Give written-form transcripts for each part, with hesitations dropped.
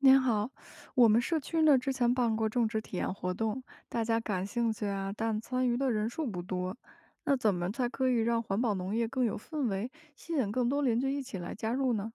您好，我们社区呢之前办过种植体验活动，大家感兴趣啊，但参与的人数不多。那怎么才可以让环保农业更有氛围，吸引更多邻居一起来加入呢？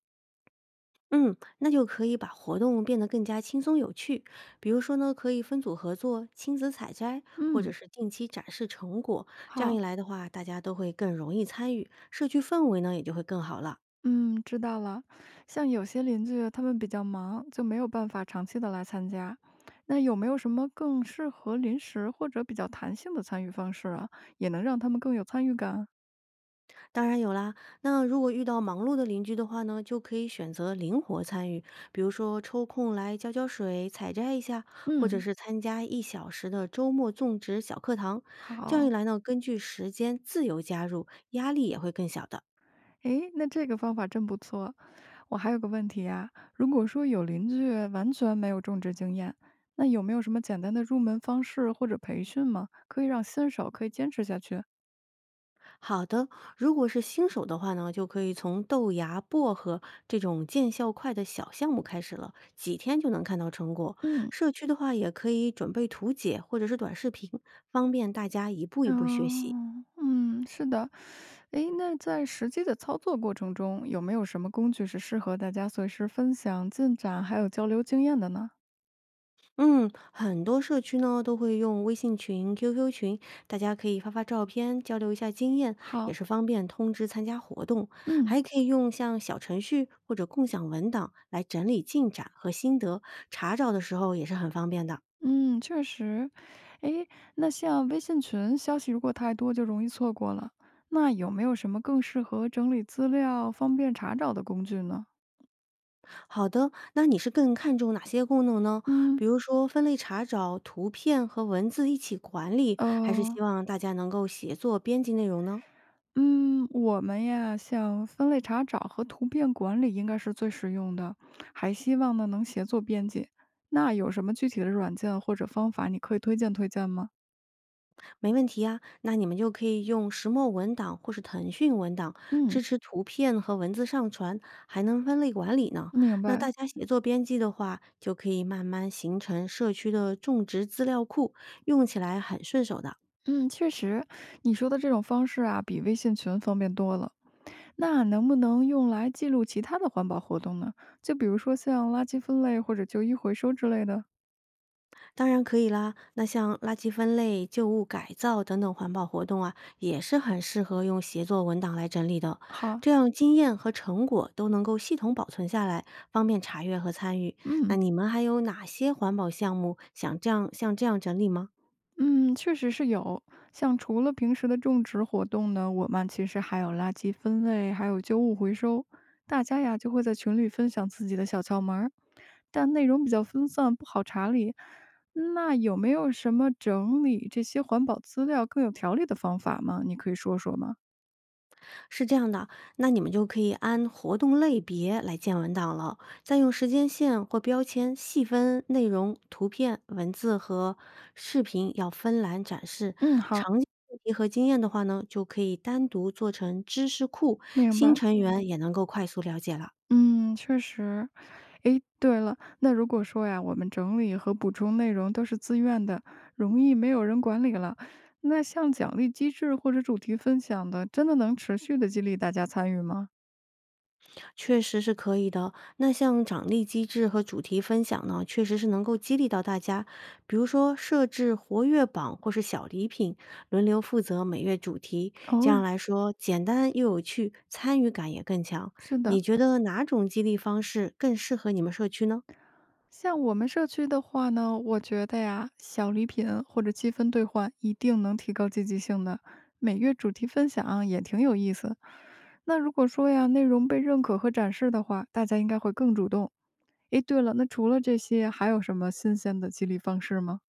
嗯，那就可以把活动变得更加轻松有趣。比如说呢，可以分组合作、亲子采摘，或者嗯，是定期展示成果。这样好，一来的话，大家都会更容易参与，社区氛围呢也就会更好了。嗯，知道了。像有些邻居啊他们比较忙，就没有办法长期的来参加。那有没有什么更适合临时或者比较弹性的参与方式啊，也能让他们更有参与感？当然有啦，那如果遇到忙碌的邻居的话呢，就可以选择灵活参与，比如说抽空来浇浇水、采摘一下，或者嗯，是参加1小时的周末种植小课堂。这样一好。来呢，根据时间自由加入，压力也会更小的。诶，那这个方法真不错。我还有个问题啊，如果说有邻居完全没有种植经验，那有没有什么简单的入门方式或者培训吗？可以让新手可以坚持下去？好的，如果是新手的话呢，就可以从豆芽、薄荷这种见效快的小项目开始了，几天就能看到成果。嗯，社区的话，也可以准备图解或者是短视频，方便大家一步一步学习。哦，嗯，是的。诶，那在实际的操作过程中，有没有什么工具是适合大家随时分享进展还有交流经验的呢？嗯，很多社区呢都会用微信群、QQ 群，大家可以发发照片，交流一下经验，也好，是方便通知参加活动。嗯。还可以用像小程序或者共享文档来整理进展和心得，查找的时候也是很方便的。嗯，确实。诶，那像微信群消息如果太多，就容易错过了。那有没有什么更适合整理资料、方便查找的工具呢？好的，那你是更看重哪些功能呢？嗯，比如说分类查找、图片和文字一起管理，还是呃，希望大家能够协作编辑内容呢？嗯，我们呀，像分类查找和图片管理应该是最实用的，还希望呢能协作编辑。那有什么具体的软件或者方法你可以推荐推荐吗？没问题啊，那你们就可以用石墨文档或是腾讯文档嗯，支持图片和文字上传，还能分类管理呢。明那白。大家协作编辑的话，就可以慢慢形成社区的种植资料库，用起来很顺手的。嗯，确实，你说的这种方式啊，比微信群方便多了。那能不能用来记录其他的环保活动呢？就比如说像垃圾分类或者旧衣回收之类的。当然可以啦。那像垃圾分类、旧物改造等等环保活动啊，也是很适合用协作文档来整理的。好，这样经验和成果都能够系统保存下来，方便查阅和参与。那嗯你们还有哪些环保项目想像这样整理吗？嗯，确实是有。像除了平时的种植活动呢，我们其实还有垃圾分类，还有旧物回收。大家呀就会在群里分享自己的小窍门儿，但内容比较分散，不好查理。那有没有什么整理这些环保资料更有条理的方法吗？你可以说说吗？是这样的，那你们就可以按活动类别来建文档了，再用时间线或标签细分内容、图片、文字和视频，要分栏展示。嗯，好，常见问题和经验的话呢，就可以单独做成知识库，明新白。成员也能够快速了解了。嗯，确实。诶，对了，那如果说呀，我们整理和补充内容都是自愿的，容易没有人管理了，那像奖励机制或者主题分享的，真的能持续的激励大家参与吗？确实是可以的。那像奖励机制和主题分享呢，确实是能够激励到大家。比如说设置活跃榜或是小礼品，轮流负责每月主题，这样哦，来说简单又有趣，参与感也更强。是的，你觉得哪种激励方式更适合你们社区呢？像我们社区的话呢，我觉得呀，小礼品或者积分兑换一定能提高积极性的。每月主题分享也挺有意思。那如果说呀，内容被认可和展示的话，大家应该会更主动。诶，对了，那除了这些还有什么新鲜的激励方式吗？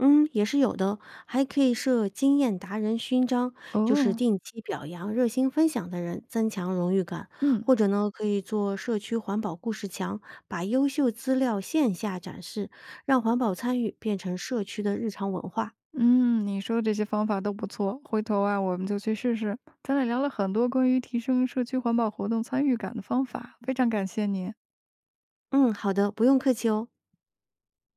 嗯，也是有的，还可以设经验达人勋章，就是哦，定期表扬热心分享的人，增强荣誉感。嗯，或者呢，可以做社区环保故事墙，把优秀资料线下展示，让环保参与变成社区的日常文化。嗯，你说的这些方法都不错，回头啊，我们就去试试。咱俩聊了很多关于提升社区环保活动参与感的方法，非常感谢你。嗯，好的，不用客气哦。